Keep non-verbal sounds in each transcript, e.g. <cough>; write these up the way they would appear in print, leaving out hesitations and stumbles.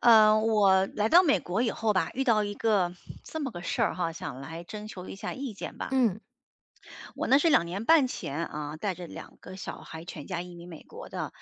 嗯，我来到美国以后吧，遇到一个这么个事儿哈，想来征求一下意见吧。嗯我呢是2年半前啊，带着2个小孩全家移民美国的。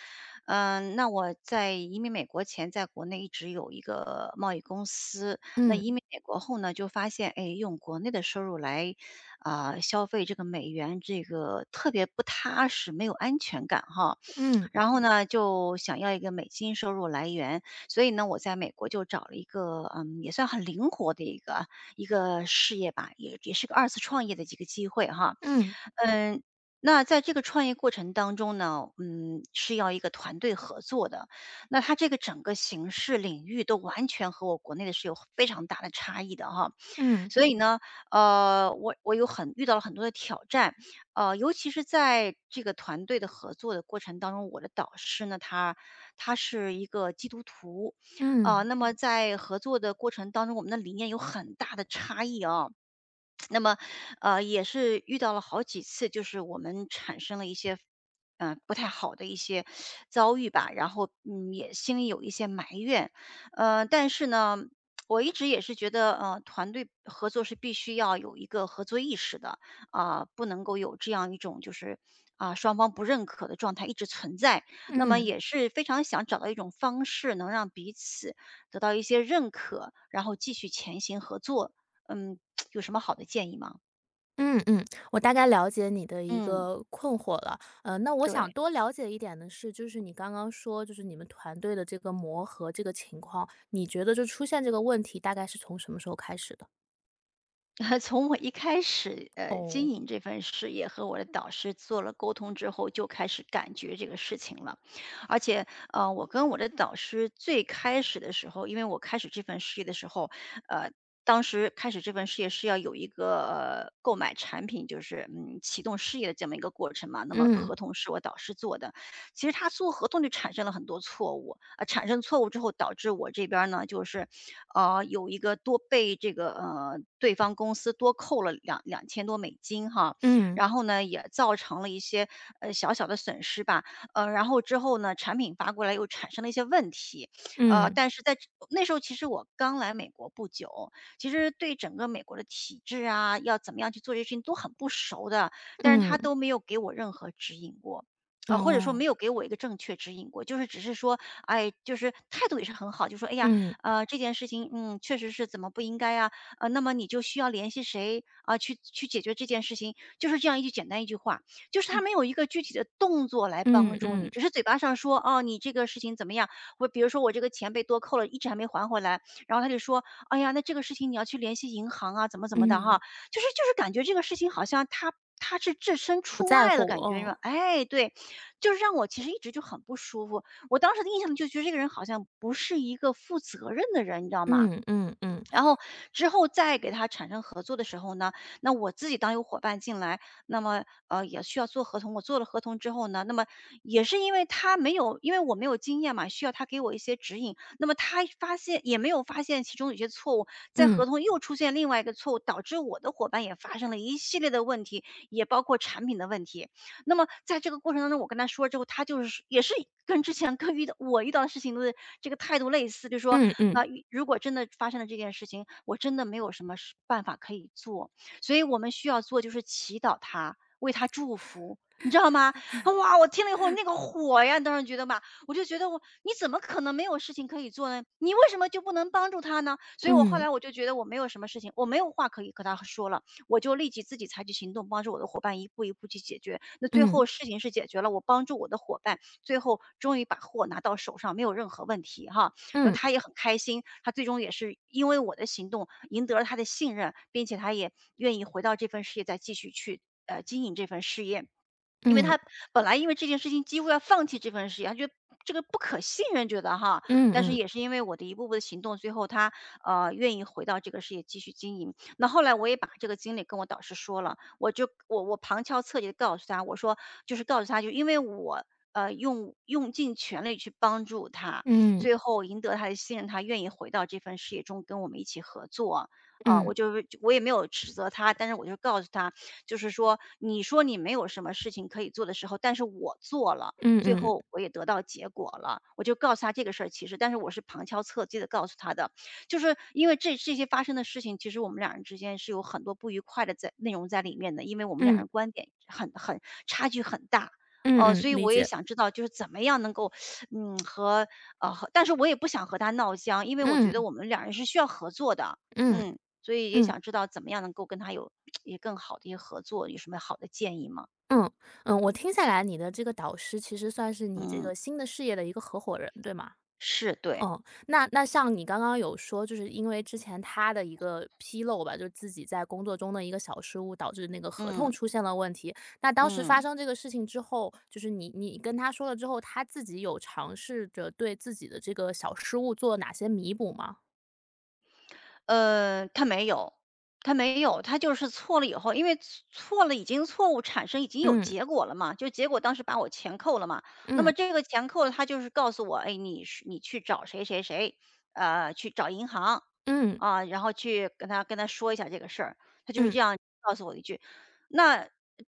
那我在移民美国前，在国内一直有一个贸易公司。那嗯移民美国后呢，就发现，哎，用国内的收入来，消费这个美元，这个特别不踏实，没有安全感哈。嗯然后呢，就想要一个美金收入来源，所以呢，我在美国就找了一个，也算很灵活的一个事业吧，也是个二次创业的几个机会哈。嗯嗯，那在这个创业过程当中呢，是要一个团队合作的。那它这个整个形式领域都完全和我国内的是有非常大的差异的哈。嗯所以呢，我遇到了很多的挑战，尤其是在这个团队的合作的过程当中，我的导师呢，他是一个基督徒，啊、嗯那么在合作的过程当中，我们的理念有很大的差异啊、那么，也是遇到了好几次，就是我们产生了一些，不太好的一些遭遇吧，然后，也心里有一些埋怨，但是呢，我一直也是觉得，团队合作是必须要有一个合作意识的，啊、不能够有这样一种就是啊、双方不认可的状态一直存在。那么嗯也是非常想找到一种方式，能让彼此得到一些认可，然后继续前行合作。嗯，有什么好的建议吗？嗯嗯，我大概了解你的一嗯，个困惑了。那我想对，多了解一点的是，就是你刚刚说，就是你们团队的这个磨合这个情况，你觉得就出现这个问题大概是从什么时候开始的？<laughs> 从我一开始经哦。营这份事业和我的导师做了沟通之后，就开始感觉这个事情了。而且我跟我的导师最开始的时候，因为我开始这份事业的时候，呃。当时开始这份事业是要有一个、购买产品，就是启动事业的这么一个过程嘛。那么嗯合同是我导师做的，其实他做合同就产生了很多错误，产生错误之后导致我这边儿呢，就是，有一个多被这个，对方公司多扣了两千多美金哈，嗯然后呢，也造成了一些，小小的损失吧。然后之后呢，产品发过来又产生了一些问题，嗯但是在那时候其实我刚来美国不久，其实对整个美国的体制啊，要怎么样去做这些事情都很不熟的，但是嗯。他都没有给我任何指引过。啊，或者说哦。没有给我一个正确指引过，就是只是说，哎，就是态度也是很好，就说，哎呀，嗯这件事情，确实是怎么不应该啊，那么你就需要联系谁啊、去解决这件事情，就是这样一句简单一句话，就是他没有一个具体的动作来帮嗯助你，嗯只是嘴巴上说，哦，你这个事情怎么样？我比如说我这个钱被多扣了，一直还没还回来，然后他就说，哎呀，那这个事情你要去联系银行啊，怎么怎么的嗯，哈，就是感觉这个事情好像他。他是置身不出在外了，乎。感觉是哦。吧？哎，对，就是让我其实一直就很不舒服。我当时的印象就觉得这个人好像不是一个负责任的人，你知道吗？嗯嗯嗯然后之后再给他产生合作的时候呢，那我自己当有伙伴进来，那么也需要做合同。我做了合同之后呢，那么也是因为他没有，因为我没有经验嘛，需要他给我一些指引。那么他发现也没有发现其中有些错误，在嗯合同又出现另外一个错误，导致我的伙伴也发生了一系列的问题，也包括产品的问题。那么在这个过程当中，我跟他说之后，他就是也是跟之前跟遇到我遇到的事情都是这个态度类似，就说嗯嗯如果真的发生了这件事情，我真的没有什么办法可以做，所以我们需要做就是祈祷他，为他祝福。你知道吗？哇！我听了以后那个火呀，当时觉得嘛，我就觉得你怎么可能没有事情可以做呢？你为什么就不能帮助他呢？所以我后嗯来我就觉得我没有什么事情，我没有话可以和他说了，我就立即自己采取行动，帮助我的伙伴一步一步去解决。那最嗯后事情是解决了，我帮助我的伙伴，最后终于把货拿到手上，没有任何问题哈。那嗯他也很开心，他最终也是因为我的行动赢得了他的信任，并且他也愿意回到这份事业，再继续去经营这份事业。因为嗯他本来因为这件事情几乎要放弃这份事业，他觉得这个不可信任，觉得哈，嗯但是嗯。也是因为我的一步步的行动，最后他愿意回到这个事业继续经营。那后来我也把这个经历跟我导师说了，我就我我旁敲侧击的告诉他，我说就是告诉他，就因为我用尽全力去帮助他，嗯，最后赢得他的信任，他愿意回到这份事业中跟我们一起合作。啊、嗯，我也没有指责他，但是我就告诉他，就是说，你说你没有什么事情可以做的时候，但是我做了，嗯最嗯，后我也得到结果了。我就告诉他这个事儿，其实但是我是旁敲侧击的告诉他的，就是因为这些发生的事情，其实我们两人之间是有很多不愉快的在内容在里面的，因为我们两嗯，人观点差距很大。嗯嗯，所以理我也解。想知道，就是怎么样能够，嗯，和呃，和但是我也不想和他闹僵，因为我觉得嗯，我们两人是需要合作的，嗯，嗯。所以也嗯，想知道怎么样能够跟他有 <smacks lips> 也更好的一些合作，有什么好的建议吗？嗯，嗯，我听下来你的这个导师其实算是你这嗯，个新的事业的一个合伙人，对吗？是，对，嗯，那那像你刚刚有说，就是因为之前他的一个纰漏吧，就是自己在工作中的一个小失误，导致那个合同嗯出现了问题。那当时发嗯。生这个事情之后，就是你跟他说了之后，他自己有尝试着对自己的这个小失误做哪些弥补吗？他没有，他没有，他就是错了以后，因为错了已经错误产生已经有嗯，结果了嘛，就结果当时把我钱扣了嘛，那么嗯，这个钱扣了，他就是告诉我，哎，你去找谁谁谁，去找银行嗯，啊，然后去跟他说一下这个事儿，他就是这嗯。样告诉我一句。那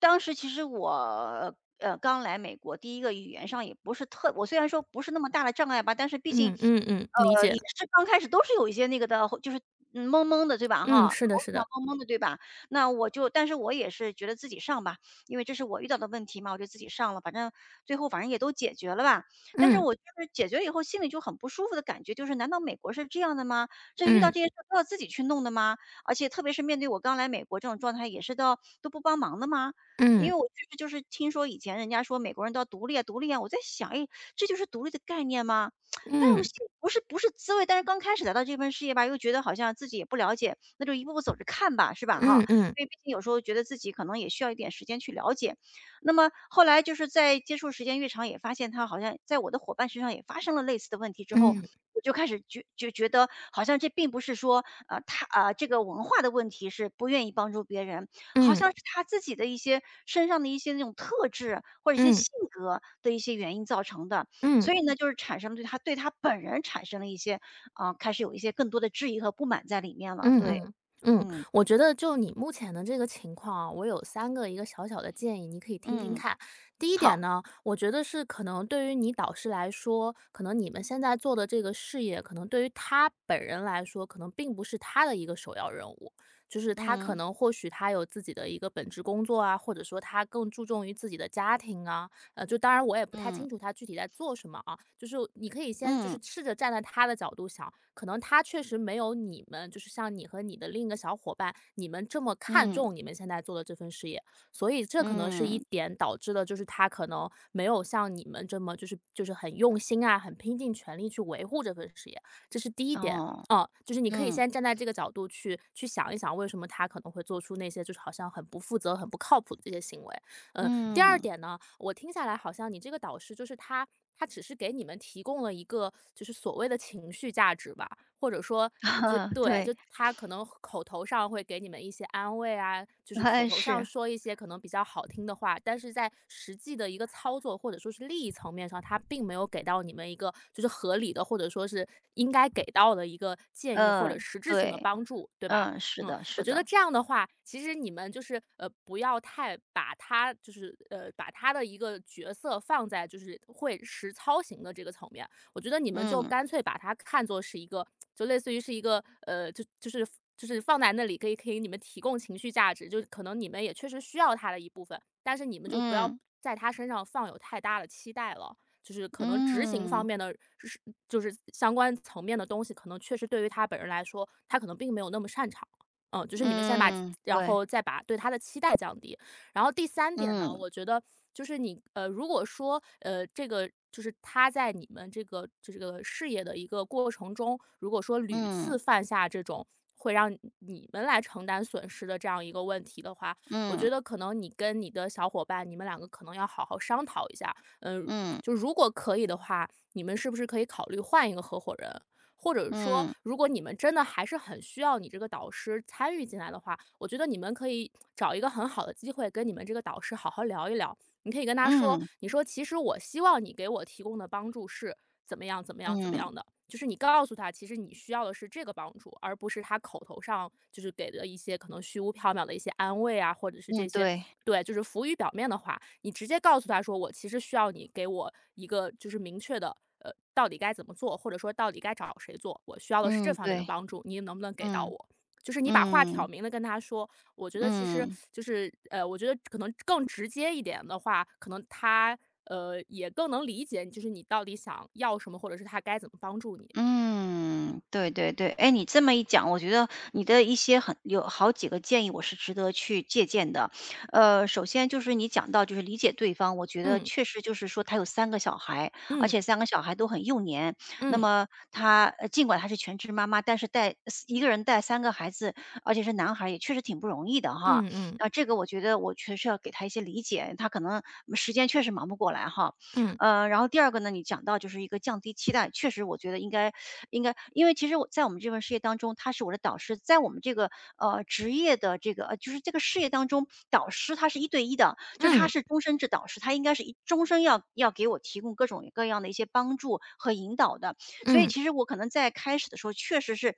当时其实我刚来美国，第一个语言上也不是特，我虽然说不是那么大的障碍吧，但是毕竟嗯嗯嗯，理解。也是刚开始都是有一些那个的，就是懵懵的，对吧？嗯，哈，是的，口语是上的。懵懵的，对吧？那我就但是我也是觉得自己上吧，因为这是我遇到的问题嘛，我就自己上了，反正最后反正也都解决了吧。但是嗯我就是解决以后心里就很不舒服的感觉，就是难道美国是这样的吗？这遇到嗯这些事儿都要自己去弄的吗？而且特别是面对我刚来美国这种状态，也是都不帮忙的吗？因嗯为我确实就是听说以前人家说美国人都要独立啊，独立啊，我在想，哎，这就是独立的概念吗？但是我嗯心里不是滋味，但是刚开始来到这份事业吧，又觉得好像自己也不了解，那就一步步走着看吧，是吧？哈，嗯嗯因为毕竟有时候觉得自己可能也需要一点时间去了解。那么后来就是在接触时间越长，也发现他好像在我的伙伴身上也发生了类似的问题之后，嗯嗯我就开始觉得好像这并不是说，这个文化的问题是不愿意帮助别人，好嗯像是他自己的一些身上的一些那种特质或者一些性格的一些原因造成的。嗯所以呢，就是产生了对他本人产生了一些，啊、开始有一些更多的质疑和不满在里面了。嗯对，嗯嗯，嗯我觉得就你目前的这个情况啊，我有三个一个小小的建议，你可以听听嗯，看。第一点好，呢，我觉得是可能对于你导师来说，可能你们现在做的这个事业，可能对于他本人来说，可能并不是他的一个首要任务。就是他可嗯能或许他有自己的一个本职工作啊，或者说他更注重于自己的家庭啊。就当然我也不太嗯清楚他具体在做什么啊，就是你可以先就嗯是试着站在他的角度想，可能他确实没有你们，就是像你和你的另一个小伙伴，你们这么看嗯嗯，重你们现在做的这份事业，所以这可能是一嗯，点导致的，就是他可能没有像你们这么就是很用心啊，很拼尽全力去维护这份事业，这是第一点。哦，啊，就是你可以嗯先站在这个角度去去想一想，为什么他可能会做出那些就是好像很不负责、很不靠谱的这些行为。嗯，第二嗯，点呢，我听下来好像你这个导师就是他，他只是给你们提供了一个就是所谓的情绪价值吧，或者说就 <laughs> 对，对，就他可能口头上会给你们一些安慰啊，就是口哎头上是，说一些可能比较好听的话，但是在实际的一个操作或者说是利益层面上，他并没有给到你们一个就是合理的或者说是应该给到的一个建议或者嗯实质性的对，帮助，对吧？嗯是嗯，的我是觉得的，这样的话，其实你们就是不要太把他就是把他的一个角色放在就是会实操型的这个层面。我觉得你们就嗯干脆把他看作是一个，就类似于是一个就是就是放在那里，可以给你们提供情绪价值，就可能你们也确实需要他的一部分，但是你们就不要嗯在他身上放有太大的期待了。就是可能执行方嗯面的，是就是相关层面的东西，可能确实对于他本人来说，他可能并没有那么擅长。嗯，就是你们先把嗯然对，后再把对他的期待降低。然后第三点呢，嗯我觉得就是你，如果说，这个就是他在你们这个就这个事业的一个过程中，如果说屡嗯次犯下这种会让你们来承担损失的这样一个问题的话，我嗯觉得可能你跟你的小伙伴，你们两个可能要好好商讨一下。嗯、嗯就如果可以的话，你们是不是可以考虑换一个合伙人？或者说，嗯如果你们真的还是很需要你这个导师参与进来的话，我觉得你们可以找一个很好的机会跟你们这个导师好好聊一聊，你可以跟他说，嗯你说其实我希望你给我提供的帮助是怎么样怎么样怎么嗯样的，就是你告诉他，其实你需要的是这个帮助，而不是他口头上就是给的一些可能虚无缥缈的一些安慰啊，或者是嗯这些。对，对，就是浮于表面的话，你直接告诉他说，我其实需要你给我一个就是明确的，到底该怎么做，或者说到底该找谁做，我需要的是这嗯方面的对，帮助，你能不能给到嗯。我？就是你把话挑嗯，明的跟他说，我觉得其实嗯，就是我觉得可能更直接一点的话，可能他，也更能理解，你，就是你到底想要什么，或者是他该怎么帮助你。嗯，对对对。哎，你这么一讲，我觉得你的一些很有好几个建议，我是值得去借鉴的。首先就是你讲到就是理解对方，我觉得嗯，确实就是说他有三个小孩，而嗯，且三个小孩都很幼年。那嗯，么他尽管他是全职妈妈，但是一个人带三个孩子，而且是男孩，也确实挺不容易的哈。嗯，嗯，啊，这个我觉得我确实要给他一些理解，他可能时间确实忙不过来哈。嗯，然后第二个呢，你讲到就是一个降低期待，确实我觉得应该，因为其实我在我们这份事业当中，他是我的导师，在我们这个职业的这个就是这个事业当中，导师他是一对一的，就他是终身制导师，他应该是终身要给我提供各种各样的一些帮助和引导的。所以嗯，其实我可能在开始的时候确实是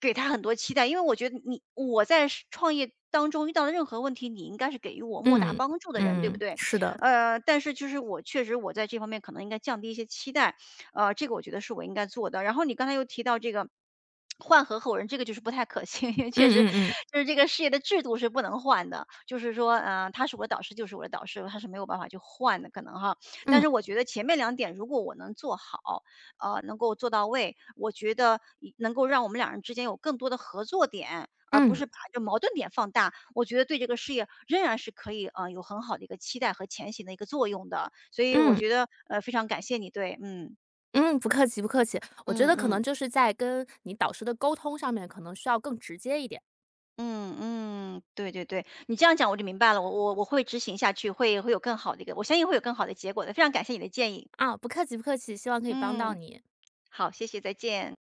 给他很多期待，因为我觉得你我在是创业当中遇到了任何问题，你应该是给予我莫大嗯，帮助的人，对不嗯，对？是的，但是就是我确实我在这方面可能应该降低一些期待，这个我觉得是我应该做的。然后你刚才又提到这个换合伙人，这个就是不太可行，因为确嗯实嗯嗯，就是这个事业的制度是不能换的，就是说，他是我的导师就是我的导师，他是没有办法去换的可能哈。但嗯，是我觉得前面两点如果我能做好，能够做到位，我觉得能够让我们两人之间有更多的合作点。而不嗯，是把这矛盾点放大，我觉得对这个事业仍然是可以啊有很好的一个期待和前行的一个作用的。所以我嗯，觉得非常感谢你，对，嗯嗯，不客气不客气。我觉嗯得可嗯能就是在跟你导师的沟通上面，可能需要更直接一点。嗯嗯，对对对，你这样讲我就明白了，我会执行下去，会有更好的一个，我相信会有更好的结果的。非常感谢你的建议，啊，不客气不客气，希望可以帮到嗯，你。好，谢谢，再见。